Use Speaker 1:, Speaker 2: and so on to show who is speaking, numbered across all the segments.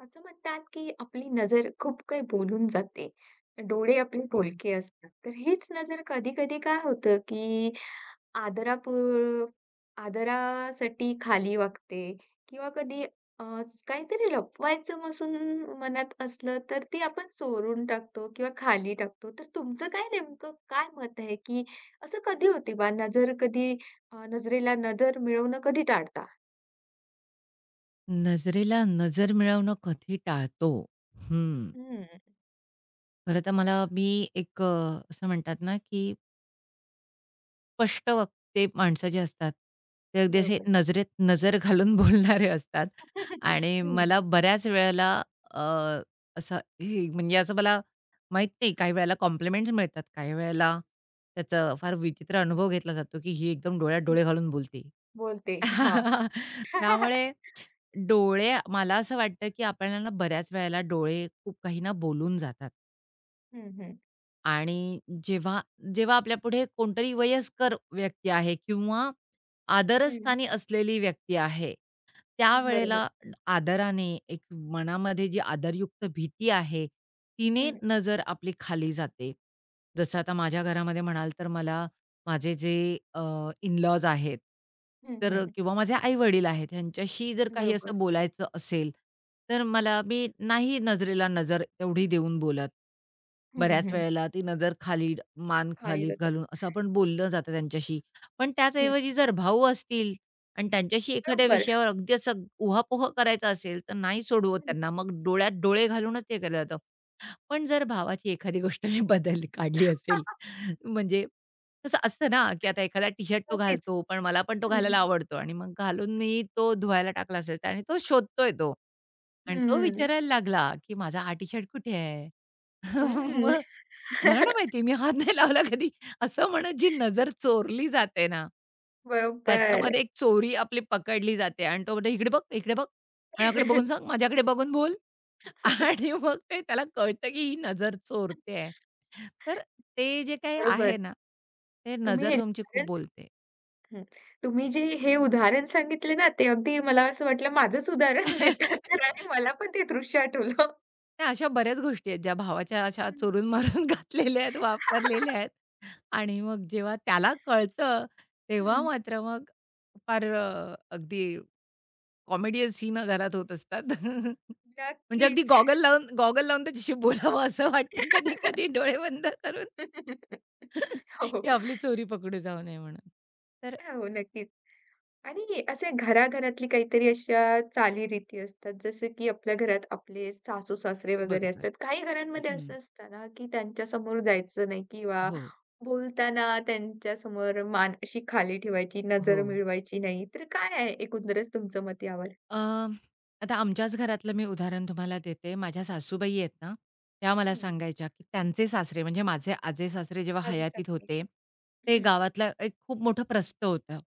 Speaker 1: असं म्हणतात, की आपली नजर खूप काही बोलून जाते. डोळे आपले बोलके असतात. तर हीच नजर कधी-कधी काय होतं, की आदरापूर आदरासाठी खाली वागते किंवा कधी अ, काहीतरी लपवायचं असून मनात असलं, तर ते आपण चोरून टाकतो किंवा खाली टाकतो. तर तुमचं काय नेमकं काय मत आहे, की असं कधी होते बा नजर कधी नजरेला नजर मिळवणं कधी टाळता?
Speaker 2: नजरेला नजर मिळवणं कधी टाळतो. हं.
Speaker 1: हं.
Speaker 2: खरं तर मी एक असं म्हणतात ना, की स्पष्ट वक्ते माणसं जे असतात, ते अगदी असे
Speaker 1: बरोबर.
Speaker 2: नजरेत नजर घालून बोलणारे असतात आणि मला बऱ्याच वेळेला अ, असं हे म्हणजे असं मला माहीत नाही, काही वेळेला कॉम्प्लिमेंट्स मिळतात, काही वेळेला त्याचा फार विचित्र अनुभव घेतला जातो, की ही एकदम डोळ्यात
Speaker 1: हं.
Speaker 2: डोळे घालून बोलते.
Speaker 1: बोलते. हां.
Speaker 2: त्यामुळे डोळे मला असं वाटतं, की आपल्याला ना बऱ्याच वेळेला डोळे खूप काही ना बोलून जातात
Speaker 1: हं, हं.
Speaker 2: आणि जेव्हा जेव्हा पुढ़े कोणतरी वयस्कर व्यक्ती आहे किंवा
Speaker 1: हं.
Speaker 2: आदरस्थानी असलेली व्यक्ती आहे,
Speaker 1: बरोबर.
Speaker 2: त्यावेळेला आदराने एक मनामध्ये जी आदरयुक्त भीती आहे, तिने
Speaker 1: हं,
Speaker 2: नजर आपली खाली जाते. जसं आता माझ्या घरामध्ये म्हणाल तर मला माझे जे इन-लॉज आहेत,
Speaker 1: हं,
Speaker 2: तर
Speaker 1: हं.
Speaker 2: किंवा माझे आई-वडील आहेत, ह्यांच्याशी जर काही
Speaker 1: बरोबर.
Speaker 2: असं बोलायचं असेल, तर मी नाही नजरेला नजर तेवढी देऊन बोलत.
Speaker 1: हं,
Speaker 2: बऱ्याच
Speaker 1: हं.
Speaker 2: वेळेला ती नजर खाली, मान
Speaker 1: खाली
Speaker 2: खाली
Speaker 1: जाते.
Speaker 2: घालून असं आपण बोललं जातं त्यांच्याशी. पण
Speaker 1: हं.
Speaker 2: त्याचऐवजी जर भाऊ असतील आणि त्यांच्याशी एखाद्या
Speaker 1: बरोबर.
Speaker 2: विषयावर अगदी असं उहापोह करायचा असेल, तर नाही सोडवत
Speaker 1: हं.
Speaker 2: त्यांना. मग डोळ्यात डोळे घालूनच ते केलं जातं. पण जर भावाची एखादी गोष्ट मी बदल काढली असेल, म्हणजे कसं असतं ना, की आता एखादा टी-शर्ट तो
Speaker 1: नक्कीच.
Speaker 2: घालतो, पण मला पण तो
Speaker 1: हं,
Speaker 2: घालायला
Speaker 1: हं.
Speaker 2: आवडतो आणि मग घालून मी तो धुवायला टाकला असेल तर- आणि तो शोधतोय तो आणि तो विचारायला लागला, की "माझा हा टी-शर्ट कुठे आहे?"
Speaker 1: हं.
Speaker 2: मग मला नाही माहिती मी हात नाही लावला कधी. असं म्हणत जी नजर चोरली जाते ना,
Speaker 1: बरोबर.
Speaker 2: त्याच्यामध्ये एक चोरी आपली पकडली जाते आणि तो म्हणतो, "इकडे बघ, इकडे बघ, माझ्याकडे बघून सांग, माझ्याकडे बघून बोल." आणि मग ते त्याला कळतं की ही नजर चोरते आहे. तर ते जे काही आहे
Speaker 1: बरोबर.
Speaker 2: ना, ते
Speaker 1: तुम्ही
Speaker 2: नजर
Speaker 1: हे जे
Speaker 2: तुमची खूप
Speaker 1: उदाहरण
Speaker 2: बोलते.
Speaker 1: हं. तुम्ही जे हे उदाहरण सांगितले ना, ते अगदी मला असं वाटलं माझंच उदाहरण देतात तर आणि मला पण ते दृश्य आठवलं.
Speaker 2: नाही, अशा बऱ्याच गोष्टी आहेत, ज्या भावाच्या अशा
Speaker 1: हं.
Speaker 2: चोरून मारून घातलेल्या आहेत, वापरलेल्या आहेत आणि मग जेव्हा त्याला कळतं, तेव्हा
Speaker 1: हं.
Speaker 2: मात्र मग फार अगदी कॉमेडियन सीन घरात होत असतात. म्हणजे अगदी
Speaker 1: नक्कीच.
Speaker 2: गॉगल लावून त्याच्याशी बोलावं असं वाटतं कधी-कधी डोळे बंद करून.
Speaker 1: हो,
Speaker 2: की
Speaker 1: हो.
Speaker 2: आपली चोरी पकडू जाऊ नये म्हणून. तर
Speaker 1: हो, नक्कीच. आणि असे घराघरातली काहीतरी अशा चालीरीती असतात, जसं की आपल्या घरात आपले सासू-सासरे वगैरे
Speaker 2: बरोबर.
Speaker 1: असतात. काही घरांमध्ये
Speaker 2: हं.
Speaker 1: असं असतं ना, की त्यांच्यासमोर जायचं नाही किंवा
Speaker 2: हो,
Speaker 1: बोलताना त्यांच्यासमोर मान अशी खाली ठेवायची,
Speaker 2: हो.
Speaker 1: नजर मिळवायची नाही. तर काय आहे एकंदरच तुमचं मत यावर?
Speaker 2: अ, आता आमच्याच घरातलं मी उदाहरण तुम्हाला देते. माझ्या सासूबाई आहेत ना, त्या मला
Speaker 1: हं.
Speaker 2: सांगायच्या, की त्यांचे सासरे म्हणजे माझे आजे-सासरे जेव्हा
Speaker 1: माझी
Speaker 2: हयातीत
Speaker 1: सासरे.
Speaker 2: होते, ते
Speaker 1: हं,
Speaker 2: गावातला एक खूप मोठं प्रस्थ होतं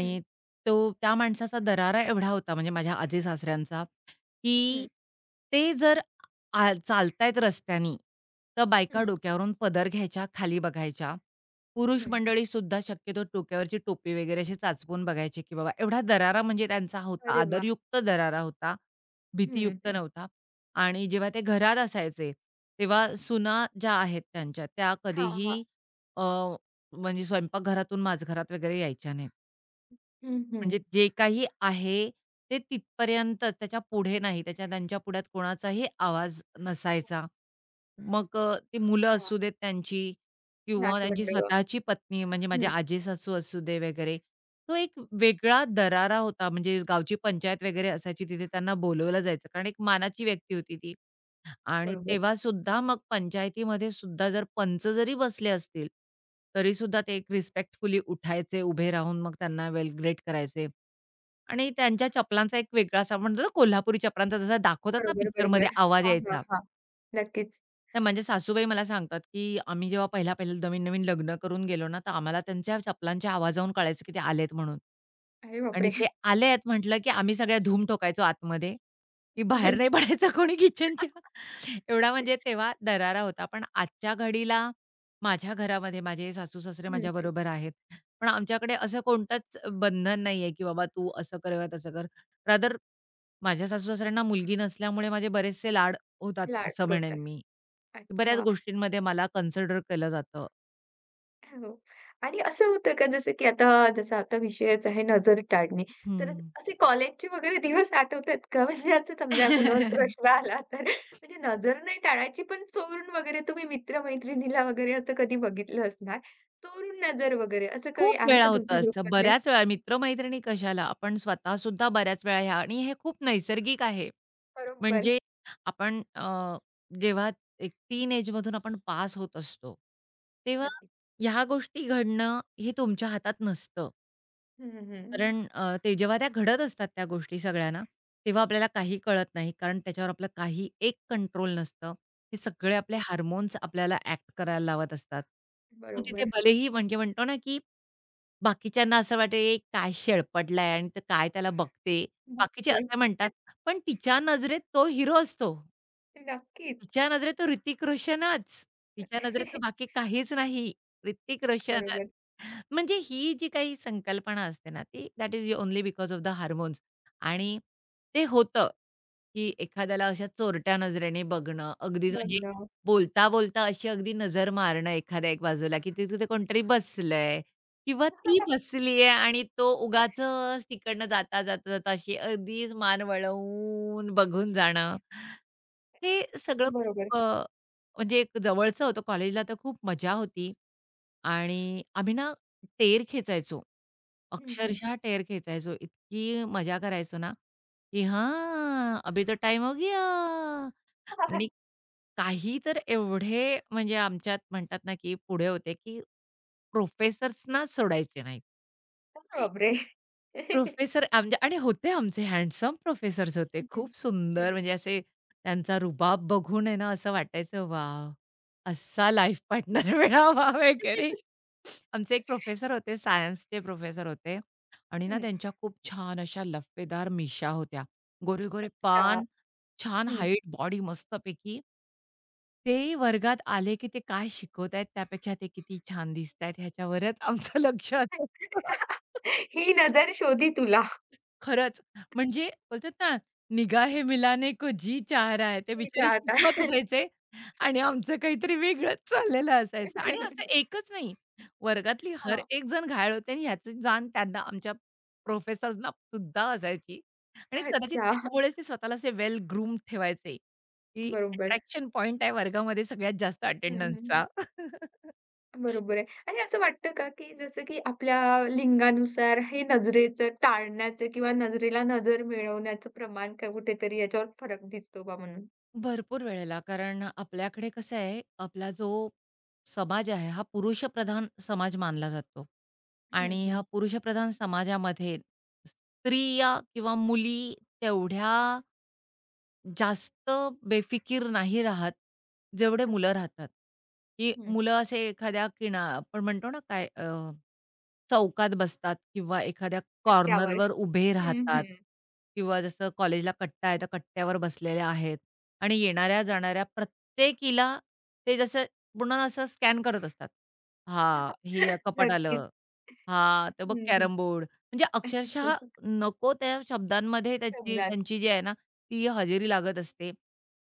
Speaker 1: हं,
Speaker 2: तो त्या माणसाचा दरारा एवढा होता म्हणजे माझ्या आजे-सासऱ्यांचा, की
Speaker 1: हं,
Speaker 2: ते जर आ चालतायत रस्त्यानी, तर बायका
Speaker 1: हं,
Speaker 2: डोक्यावरून पदर घ्यायच्या, खाली बघायच्या. पुरुष
Speaker 1: हं.
Speaker 2: मंडळीसुद्धा शक्यतो डोक्यावरची टोपी वगैरे अशी चाचपून बघायची, की बाबा एवढा दरारा म्हणजे त्यांचा होता,
Speaker 1: अरे वाह!
Speaker 2: आदरयुक्त दरारा होता,
Speaker 1: हं,
Speaker 2: भीतीयुक्त
Speaker 1: हं.
Speaker 2: नव्हता. आणि जेव्हा ते घरात असायचे, तेव्हा सुना ज्या आहेत त्यांच्या, त्या
Speaker 1: हां, हां.
Speaker 2: कधीही अ, म्हणजे स्वयंपाकघरातून माझघरात वगैरे यायच्या नाहीत.
Speaker 1: हं, हं.
Speaker 2: म्हणजे जे काही आहे, ते तिथपर्यंतच, त्याच्या पुढे नाही. त्यांच्या पुढ्यात कोणाचाही आवाज नसायचा. मग ती मुलं
Speaker 1: अच्छा.
Speaker 2: असू देत त्यांची किंवा त्यांची
Speaker 1: नातवंड.
Speaker 2: स्वतःची पत्नी म्हणजे माझे आजी-सासू असू दे वगैरे. तो एक वेगळा दरारा होता म्हणजे गावची पंचायत वगैरे असायची तिथे त्यांना बोलवलं जायचं कारण एक मानाची व्यक्ती होती ती. आणि
Speaker 1: बरोबर,
Speaker 2: तेव्हासुद्धा मग पंचायतीमध्ये सुद्धा जर पंच जरी बसले असतील, तरीसुद्धा ते एक रिस्पेक्टफुली उठायचे, उभे राहून मग त्यांना वेल ग्रेट करायचे. आणि त्यांच्या चपलांचा एक वेगळा असा म्हणतो ना कोल्हापुरी चपलांचा जसा दाखवतात ना
Speaker 1: बरोबर,
Speaker 2: पिक्चरमध्ये
Speaker 1: बरोबर.
Speaker 2: आवाज
Speaker 1: हां, हां,
Speaker 2: यायचा.
Speaker 1: हां. नक्कीच.
Speaker 2: तर माझ्या सासूबाई मला सांगतात, की आम्ही जेव्हा पहिला-पहिला नवीन-नवीन लग्न करून गेलो ना, तर आम्हाला त्यांच्या चपलांच्या आवाजावरून कळायचं, की ते आलेत म्हणून.
Speaker 1: अरे
Speaker 2: आणि
Speaker 1: बापरे!
Speaker 2: ते आले आहेत म्हटलं, की आम्ही सगळ्या धूम ठोकायचो आतमध्ये, की बाहेर नाही पडायचं कोणी किचनच्या. एवढा म्हणजे तेव्हा दरारा होता. पण आजच्या घडीला माझ्या घरामध्ये माझे सासू-सासरे
Speaker 1: हं, हं.
Speaker 2: माझ्याबरोबर आहेत. पण आमच्याकडे असं कोणतंच बंधन नाहीये, की बाबा तू असं कर किंवा तसं कर. रादर माझ्या सासू-सासऱ्यांना मुलगी नसल्यामुळे माझे बरेचसे लाड होतात,
Speaker 1: लाड
Speaker 2: असं म्हणेन
Speaker 1: पुरवतात.
Speaker 2: मी. बऱ्याच
Speaker 1: अच्छा.
Speaker 2: गोष्टींमध्ये मला कन्सिडर केलं जातं.
Speaker 1: हो. आणि असं होतं का जसं की आता जसा आता विषयच आहे नजर टाळणे. तर
Speaker 2: हं.
Speaker 1: असे कॉलेजचे वगैरे दिवस आठवतात का? म्हणजे असं समजा कुणावर क्रश आला तर म्हणजे नजर नाही टाळायची पण चोरून वगैरे तुम्ही मित्र-मैत्रिणीला वगैरे असं कधी बघितलं असणार. चोरून नजर वगैरे असं काही
Speaker 2: खूप
Speaker 1: आहे
Speaker 2: वेळा
Speaker 1: का
Speaker 2: होतं
Speaker 1: तुमच्या
Speaker 2: असं.
Speaker 1: ग्रुपमधले?
Speaker 2: बऱ्याच वेळा मित्र-मैत्रिणी कशाला, आपण स्वतःसुद्धा बऱ्याच वेळा ह्या आणि हे खूप नैसर्गिक आहे.
Speaker 1: बरोबर.
Speaker 2: म्हणजे आपण अ, जेव्हा एक टीन एजमधून आपण पास होत असतो, तेव्हा
Speaker 1: नक्कीच.
Speaker 2: ह्या गोष्टी घडणं हे तुमच्या हातात नसतं.
Speaker 1: हं, हं,
Speaker 2: कारण ते जेव्हा त्या घडत असतात त्या गोष्टी सगळ्या ना, तेव्हा आपल्याला काही कळत नाही. कारण त्याच्यावर आपलं काही एक कंट्रोल नसतं. हे सगळे आपले
Speaker 1: हं.
Speaker 2: हार्मोन्स आपल्याला ॲक्ट करायला लावत असतात. मग तिथे
Speaker 1: बरोबर.
Speaker 2: भलेही म्हणजे म्हणतो ना, की बाकीच्यांना असं वाटेल काय शेळपटलाय आणि तर काय त्याला बघते. बाकीचे
Speaker 1: बघतोय.
Speaker 2: असं म्हणतात, पण तिच्या नजरेत तो हिरो असतो.
Speaker 1: नक्कीच.
Speaker 2: तिच्या नजरेत तो ऋतिक रोशनच. तिच्या नजरेत तर बाकी काहीच नाही. ऋतिक रोशनच.
Speaker 1: बरोबर.
Speaker 2: म्हणजे ही जी काही संकल्पना असते ना, ती that is only because of the hormones आणि ते होतं. की एखाद्याला अशा चोरट्या नजरेने बघणं, अगदीच
Speaker 1: बघ
Speaker 2: म्हणजे
Speaker 1: ना.
Speaker 2: बोलता-बोलता अशी अगदी नजर मारणं एखाद्या एक बाजूला, की ते तिथे कोणतरी बसलंय किंवा ती बसली आहे आणि तो उगाचच तिकडनं जाता अशी अगदीच मान वळवून बघून जाणं. हे सगळं
Speaker 1: बरोबर.
Speaker 2: म्हणजे एक जवळचं होतं कॉलेजला तर खूप मजा होती आणि आम्ही ना टेर खेचायचो.
Speaker 1: हं, हं.
Speaker 2: अक्षरशः टेर खेचायचो. इतकी मजा करायचो ना. की "हां, अभी तो टाइम हो गया." आणि काही तर एवढे म्हणजे आमच्यात म्हणतात ना, की पुढे होते, की प्रोफेसर्सना सोडायचे नाहीत.
Speaker 1: अरे बापरे!
Speaker 2: प्रोफेसर आमच्या आणि होते आमचे हँडसम प्रोफेसर्स होते.
Speaker 1: हं, हं.
Speaker 2: खूप
Speaker 1: हं.
Speaker 2: सुंदर म्हणजे असे त्यांचा रुबाब बघून आहे ना, असं वाटायचं वॉव! असा लाईफ पार्टनर मिळावा वगैरे. आमचे एक प्रोफेसर होते, सायन्सचे प्रोफेसर होते आणि ना
Speaker 1: हं.
Speaker 2: त्यांच्या खूप छान अशा लफेदार मिशा होत्या. गोरे-गोरे
Speaker 1: अच्छा.
Speaker 2: पान, छान
Speaker 1: हं.
Speaker 2: हाईट, बॉडी मस्तपैकी. ते वर्गात आले, की ते काय शिकवतायत त्यापेक्षा ते किती छान दिसतायत ह्याच्यावरच आमचं लक्ष असायचं.
Speaker 1: ही नजर शोधी तुला.
Speaker 2: खरंच. म्हणजे बोलतात ना, निगाहे मिलाने को जी चाह रहा है, ते
Speaker 1: मी
Speaker 2: बिचारे
Speaker 1: चाहता.
Speaker 2: शिकवत असायचे आणि आमचं काहीतरी वेगळंच चाललेलं असायचं आणि असं एकच नाही, वर्गातली हर
Speaker 1: हां.
Speaker 2: एक जण घायाळ होते आणि ह्याची जाण त्यांना आमच्या प्रोफेसर्सना सुद्धा असायची आणि कदाचित
Speaker 1: अच्छा.
Speaker 2: त्यामुळेच ते स्वतःला असे वेल ग्रूम्ड ठेवायचे, की
Speaker 1: बरोबर.
Speaker 2: अट्रॅक्शन पॉइंट आहे वर्गामध्ये सगळ्यात जास्त
Speaker 1: हं, हं.
Speaker 2: अटेंडन्सचा.
Speaker 1: बरोबर आहे. आणि असं वाटतं का, की जसं की आपल्या लिंगानुसार हे नजरेचं टाळण्याचं किंवा नजरेला नजर मिळवण्याचं प्रमाण काय कुठेतरी याच्यावर फरक दिसतो बा म्हणून?
Speaker 2: भरपूर वेळेला. कारण आपल्याकडे कसं आहे, आपला जो समाज आहे, हा पुरुषप्रधान समाज मानला जातो
Speaker 1: हं,
Speaker 2: आणि ह्या
Speaker 1: हं.
Speaker 2: पुरुषप्रधान समाजामध्ये स्त्रिया किंवा मुली तेवढ्या जास्त बेफिकीर नाही राहत, जेवढे मुलं राहतात, की
Speaker 1: हं.
Speaker 2: मुलं असे एखाद्या किना आपण म्हणतो ना काय चौकात बसतात किंवा एखाद्या
Speaker 1: पट्ट्यावर.
Speaker 2: कॉर्नरवर उभे
Speaker 1: हं,
Speaker 2: राहतात
Speaker 1: हं.
Speaker 2: किंवा जसं कॉलेजला कट्टा आहे, त्या कट्ट्यावर बसलेल्या आहेत आणि येणाऱ्या-जाणाऱ्या प्रत्येकीला ते जसं पूर्ण असं स्कॅन करत असतात. हां, हे कपाट
Speaker 1: नक्कीच.
Speaker 2: आलं. हां, तर मग
Speaker 1: हं, हं.
Speaker 2: Carrom board. म्हणजे अक्षरशः नको त्या शब्दांमध्ये
Speaker 1: शब्दात.
Speaker 2: त्यांची जी आहे ना, ती हजेरी लागत असते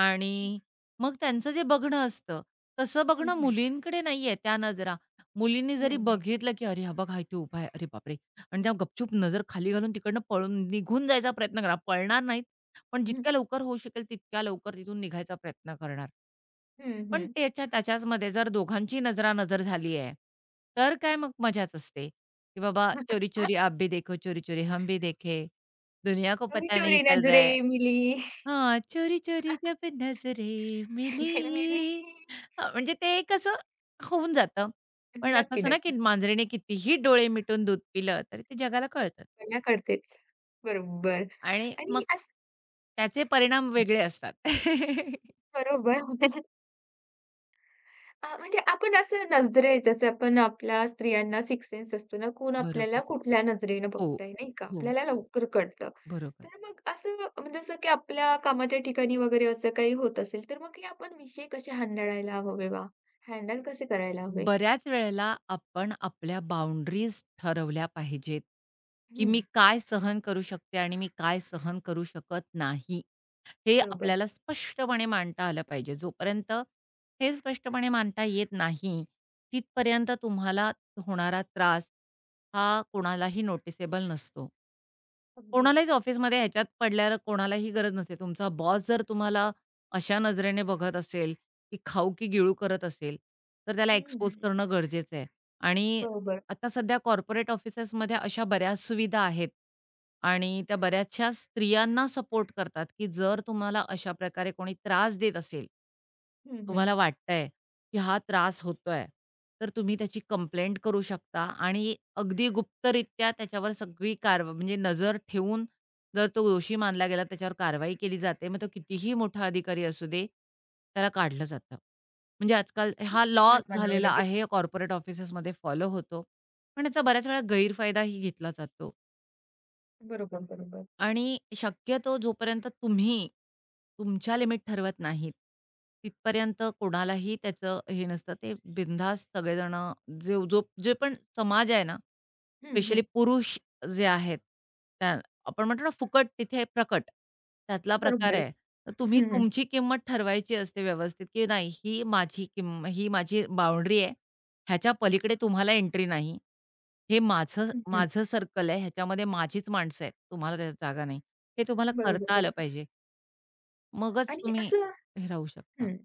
Speaker 2: आणि मग त्यांचं जे बघणं असतं, तसं
Speaker 1: हं,
Speaker 2: बघणं
Speaker 1: हं.
Speaker 2: मुलींकडे नाहीये त्या नजरा. मुलींनी जरी
Speaker 1: नाही, नाही.
Speaker 2: बघितलं, की "अरे, हा बघ, हा इथे उभा आहे. अरे बापरे!" आणि त्या गपचूप नजर खाली घालून तिकडनं पळून निघून जायचा प्रयत्न करा. पळणार नाहीत, पण
Speaker 1: हं,
Speaker 2: जितक्या लवकर होऊ शकेल तितक्या लवकर तिथून निघायचा प्रयत्न करणार.
Speaker 1: हं,
Speaker 2: पण
Speaker 1: हं.
Speaker 2: त्याच्याचमध्ये जर दोघांची नजरानजर झाली आहे, तर काय मग मजाच असते, की बाबा चोरी चोरी आप भी देखो, चोरी चोरी हम भी देखे, दुनिया को
Speaker 1: चोरी
Speaker 2: पता नहीं
Speaker 1: चोरी
Speaker 2: चल रहा है.
Speaker 1: नजरें मिली,
Speaker 2: हां, चोरी चोरी जब नजरें
Speaker 1: मिली.
Speaker 2: मिली हां, म्हणजे ते कसं होऊन जातं. पण असं
Speaker 1: नक्की,
Speaker 2: असतं ना, की
Speaker 1: नक्की.
Speaker 2: मांजरीने कितीही डोळे मिटून दूध पिलं, तरी ते जगाला कळतं
Speaker 1: मला कळतेच. बरोबर
Speaker 2: आणि मग
Speaker 1: आणि असं
Speaker 2: त्याचे परिणाम वेगळे असतात.
Speaker 1: बरोबर. म्हणजे आपण असं नजरे जसं आपण आपल्या स्त्रियांना सिक्स्थ सेन्स असतो ना, कोण आपल्याला
Speaker 2: बरोबर.
Speaker 1: कुठल्या नजरेनं
Speaker 2: हो,
Speaker 1: बघतंय नाही का?
Speaker 2: हो,
Speaker 1: आपल्याला लवकर कळतं.
Speaker 2: बरोबर.
Speaker 1: तर मग असं म्हणजे जसं की आपल्या कामाच्या ठिकाणी वगैरे असं काही होत असेल, तर मग हे आपण विषय कसे हांडाळायला हवे बा? हँडल कसे करायला हवे?
Speaker 2: बऱ्याच वेळेला आपण आपल्या बाउंडरीज ठरवल्या पाहिजेत, की
Speaker 1: हं,
Speaker 2: मी काय सहन करू शकते आणि मी काय सहन करू शकत नाही. हे
Speaker 1: बरोबर.
Speaker 2: आपल्याला स्पष्टपणे मांडता आलं पाहिजे. जोपर्यंत हे स्पष्टपणे मांडता येत नाही, तिथपर्यंत तुम्हाला होणारा त्रास हा कोणालाही नोटिसेबल नसतो.
Speaker 1: अगदीच.
Speaker 2: कोणालाच ऑफिसमध्ये ह्याच्यात पडल्यावर कोणालाही गरज नसते. तुमचा बॉस जर तुम्हाला अशा नजरेने बघत असेल, की खाऊ की गिळू करत असेल, तर त्याला
Speaker 1: हं,
Speaker 2: एक्सपोज
Speaker 1: हं.
Speaker 2: करणं गरजेचं आहे. आणि
Speaker 1: बरोबर.
Speaker 2: आता सध्या कॉर्पोरेट ऑफिसेसमध्ये अशा बऱ्याच सुविधा आहेत आणि त्या बऱ्याचशा स्त्रियांना सपोर्ट करतात, की जर तुम्हाला अशा प्रकारे कोणी त्रास देत असेल,
Speaker 1: हं, हं.
Speaker 2: तुम्हाला वाटतंय की हा त्रास होतोय. तर तुम्ही त्याची कंप्लेंट करू शकता आणि अगदी गुप्तरित्या त्याच्यावर सगळी कारवा म्हणजे नजर ठेवून जर तो दोषी मानला गेला, त्याच्यावर कारवाई केली जाते. मग तो कितीही मोठा अधिकारी असू दे, त्याला काढलं जातं. म्हणजे आजकाल
Speaker 1: खूप
Speaker 2: हा लॉ
Speaker 1: छान म्हणावं
Speaker 2: झालेला
Speaker 1: लागेल.
Speaker 2: आहे, कॉर्पोरेट ऑफिसेसमध्ये फॉलो होतो. पण याचा बऱ्याच वेळा गैरफायदाही घेतला जातो.
Speaker 1: बरोबर, बरोबर.
Speaker 2: आणि शक्यतो जोपर्यंत तुम्ही तुमच्या लिमिट ठरवत नाहीत, तिथपर्यंत कोणालाही त्याचं हे नसतं. ते बिनधास्त सगळेजण जे पण समाज आहे ना,
Speaker 1: हं,
Speaker 2: स्पेशली
Speaker 1: हं.
Speaker 2: पुरुष जे आहेत, त्या आपण म्हणतो ना फुकट तिथे प्रकट, त्यातला प्रकार
Speaker 1: बरोबर.
Speaker 2: आहे. तर तुम्ही
Speaker 1: हं, हं.
Speaker 2: तुमची किंमत ठरवायची असते व्यवस्थित, की नाही ही माझी बाउंडरी आहे. ह्याच्या पलीकडे तुम्हाला एंट्री नाही. हे माझं
Speaker 1: हं,
Speaker 2: माझं सर्कल आहे, ह्याच्यामध्ये माझीच माणसं आहेत. तुम्हाला त्याच्यात जागा नाही. हे तुम्हाला
Speaker 1: बरोबर,
Speaker 2: करता आलं
Speaker 1: बरोबर.
Speaker 2: पाहिजे. मगच
Speaker 1: आणि
Speaker 2: तुम्ही
Speaker 1: असं
Speaker 2: हे राहू शकता.
Speaker 1: हं.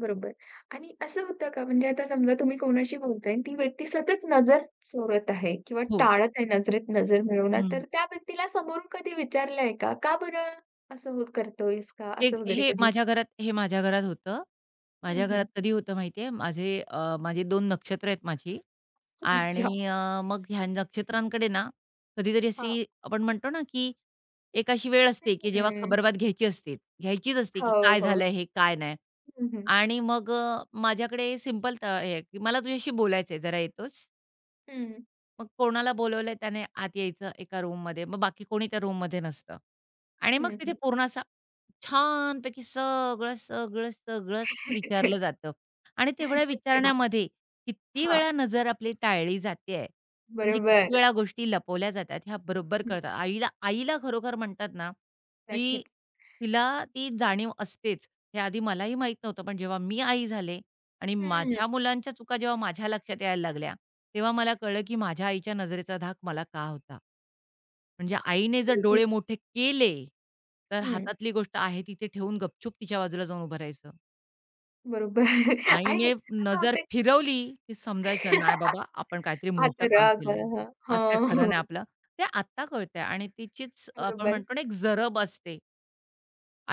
Speaker 1: बरोबर. आणि असं होतं का म्हणजे आता समजा तुम्ही कोणाशी बोलताय आणि ती व्यक्ती सतत नजर चोरत आहे किंवा
Speaker 2: हो.
Speaker 1: टाळत आहे नजरेत नजर मिळवणं,
Speaker 2: हं.
Speaker 1: तर त्या व्यक्तीला समोरून कधी विचारलंय का? "का बरं असं होत करतोयस का?"
Speaker 2: हे
Speaker 1: असं वगैरे
Speaker 2: हे
Speaker 1: कधी?
Speaker 2: माझ्या घरात हे माझ्या घरात होतं.
Speaker 1: हं,
Speaker 2: माझ्या घरात
Speaker 1: हं.
Speaker 2: कधी होतं माहिती माझे 2 नक्षत्र आहेत माझी
Speaker 1: अच्छा.
Speaker 2: आणि मग ह्या नक्षत्रांकडे ना, कधीतरी
Speaker 1: हां.
Speaker 2: अशी आपण म्हणतो ना, की एक अशी वेळ असते, की जेव्हा
Speaker 1: हं.
Speaker 2: खबरबात घ्यायची असते. घ्यायचीच असते,
Speaker 1: हो,
Speaker 2: की काय
Speaker 1: हो.
Speaker 2: झालं हे, काय नाही.
Speaker 1: हं, हं.
Speaker 2: आणि मग माझ्याकडे सिंपल त हे आहे, की "मला तुझ्याशी बोलायचं जरा येतोस?"
Speaker 1: हं.
Speaker 2: मग कोणाला बोलवलंय त्याने आत यायचं एका रूममध्ये. मग बाकी कोणी त्या रूममध्ये नसतं. आणि मग
Speaker 1: हं,
Speaker 2: तिथे पूर्ण असा छानपैकी सगळं विचारलं जातं. आणि तेवढ्या
Speaker 1: अच्छा.
Speaker 2: विचारण्यामध्ये किती
Speaker 1: हां.
Speaker 2: वेळा नजर आपली टाळली जातेय. म्हणजे
Speaker 1: बरोबर.
Speaker 2: किती वेळा गोष्टी लपवल्या जातात ह्या बरोबर
Speaker 1: हं.
Speaker 2: कळतात. आईला आईला खरोखर म्हणतात ना, की
Speaker 1: नक्कीच.
Speaker 2: तिला ती जाणीव असतेच. हे आधी मलाही माहीत नव्हतं. पण जेव्हा मी आई झाले आणि
Speaker 1: हं.
Speaker 2: माझ्या मुलांच्या चुका जेव्हा माझ्या लक्षात यायला लागल्या, तेव्हा मला कळलं, की माझ्या आईच्या नजरेचा धाक मला का होता. म्हणजे आईने जर
Speaker 1: आणि
Speaker 2: डोळे मोठे केले, तर
Speaker 1: हं.
Speaker 2: हातातली गोष्ट आहे तिथे ठेवून गपचूप तिच्या बाजूला जाऊन उभं राहायचं.
Speaker 1: बरोबर. आणि
Speaker 2: आईने
Speaker 1: असं
Speaker 2: नजर
Speaker 1: होतं
Speaker 2: फिरवली, की समजायचं नाही बाबा आपण काहीतरी मोठं
Speaker 1: आता
Speaker 2: काम
Speaker 1: राग
Speaker 2: केलंय.
Speaker 1: आला.
Speaker 2: आज काय खरं
Speaker 1: हां,
Speaker 2: नाही आपलं. ते आत्ता कळतंय आणि तिचीच आपण
Speaker 1: बरोबर.
Speaker 2: म्हणतो ना एक जरब असते.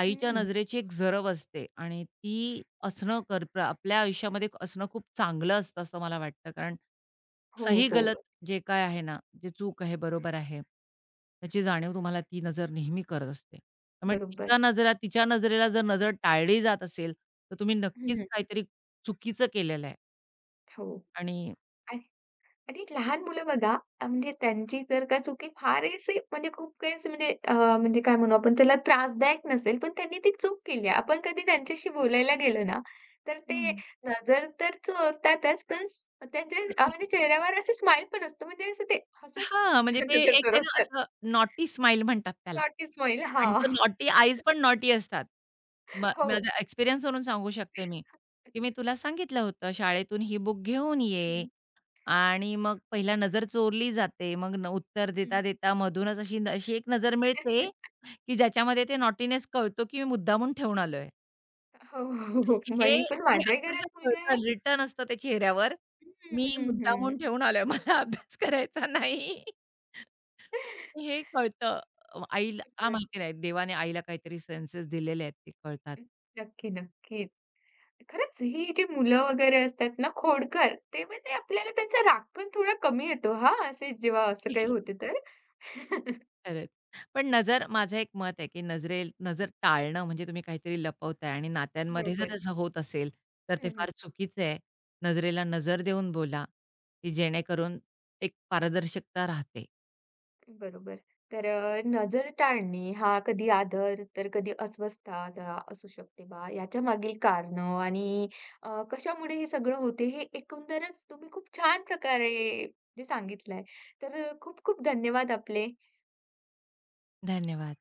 Speaker 2: आईच्या
Speaker 1: हं.
Speaker 2: नजरेची एक झरव असते आणि ती असणं कर प्र आपल्या आयुष्यामध्ये असणं खूप चांगलं असतं असं मला वाटतं. कारण
Speaker 1: हो,
Speaker 2: सही
Speaker 1: हो.
Speaker 2: गलत जे काय आहे ना, जे चूक आहे, बरोबर आहे, त्याची जाणीव तुम्हाला ती नजर नेहमी करत असते. त्यामुळे
Speaker 1: बरोबर.
Speaker 2: तिच्या नजरेला जर नजर टाळली जात असेल, तर तुम्ही नक्कीच
Speaker 1: हं.
Speaker 2: काहीतरी चुकीचं केलेलं आहे
Speaker 1: हो.
Speaker 2: आणि
Speaker 1: आणि आणि लहान मुलं बघा म्हणजे त्यांची जर का चुकी फार अशी म्हणजे खूप काही अशी म्हणजे म्हणजे काय म्हणू आपण त्याला त्रासदायक नसेल, पण त्यांनी ती चूक केली आहे. आपण कधी त्यांच्याशी बोलायला गेलो ना, तर ते
Speaker 2: हं.
Speaker 1: नजर तर चोरतातच, पण त्यांच्या म्हणजे चेहऱ्यावर असं स्माईल पण असतो. म्हणजे असं ते हसत
Speaker 2: हां, म्हणजे ते
Speaker 1: नजर
Speaker 2: एक आहे ना
Speaker 1: चोरवतात.
Speaker 2: असं नॉटी स्माईल म्हणतात त्याला.
Speaker 1: Naughty smile.
Speaker 2: आणि
Speaker 1: हां.
Speaker 2: तो नॉटी आईज पण नॉटी असतात. म
Speaker 1: हो.
Speaker 2: माझ्या एक्सपिरियन्सवरून सांगू शकते मी, की मी तुला सांगितलं होतं शाळेतून ही बुक घेऊन ये
Speaker 1: हं,
Speaker 2: आणि मग पहिला नजर चोरली जाते. मग न उत्तर
Speaker 1: हं.
Speaker 2: देता-देता मधूनच अशी अशी एक नजर मिळते, की ज्याच्यामध्ये ते नॉटीनेस कळतो, की मी मुद्दामून ठेवून आलोय.
Speaker 1: हो, हो, हो.
Speaker 2: हे
Speaker 1: मी पण
Speaker 2: हे
Speaker 1: माझ्याही
Speaker 2: अक्षरशः
Speaker 1: घरात मुलगा आहे
Speaker 2: कळतं रिटन असतं त्या चेहऱ्यावर.
Speaker 1: हं,
Speaker 2: मी
Speaker 1: हं,
Speaker 2: मुद्दामून
Speaker 1: हं.
Speaker 2: ठेवून आलोय. मला अभ्यास करायचा नाही. हे कळतं. आईला का
Speaker 1: बरोबर.
Speaker 2: माहिती नाही. देवाने आईला काहीतरी सेन्सेस दिलेले आहेत ते कळतात.
Speaker 1: नक्की, नक्कीच. खरंच ही जी मुलं वगैरे असतात ना खोडकर, तेव्हा ते म्हणजे आपल्याला त्यांचा राग पण थोडा कमी येतो हां, असे जेव्हा असं काही होते तर.
Speaker 2: खरंच. पण नजर माझं एक मत आहे, की नजरेल नजर टाळणं म्हणजे तुम्ही काहीतरी लपवताय आणि नात्यांमध्ये जर
Speaker 1: बरोबर.
Speaker 2: असं होत असेल, तर ते
Speaker 1: हं, हं.
Speaker 2: फार चुकीचं आहे. नजरेला नजर देऊन बोला, की जेणेकरून एक पारदर्शकता राहते.
Speaker 1: बरोबर. तर नजर टाळणे हा कधी आदर तर कधी अस्वस्थता दा असू शकते बा. याच्या मागील कारणं आणि कशामुळे हे सगळं होते हे एकंदरच तुम्ही खूप छान प्रकारे जे सांगितलंय. तर खूप खूप धन्यवाद आपले.
Speaker 2: धन्यवाद.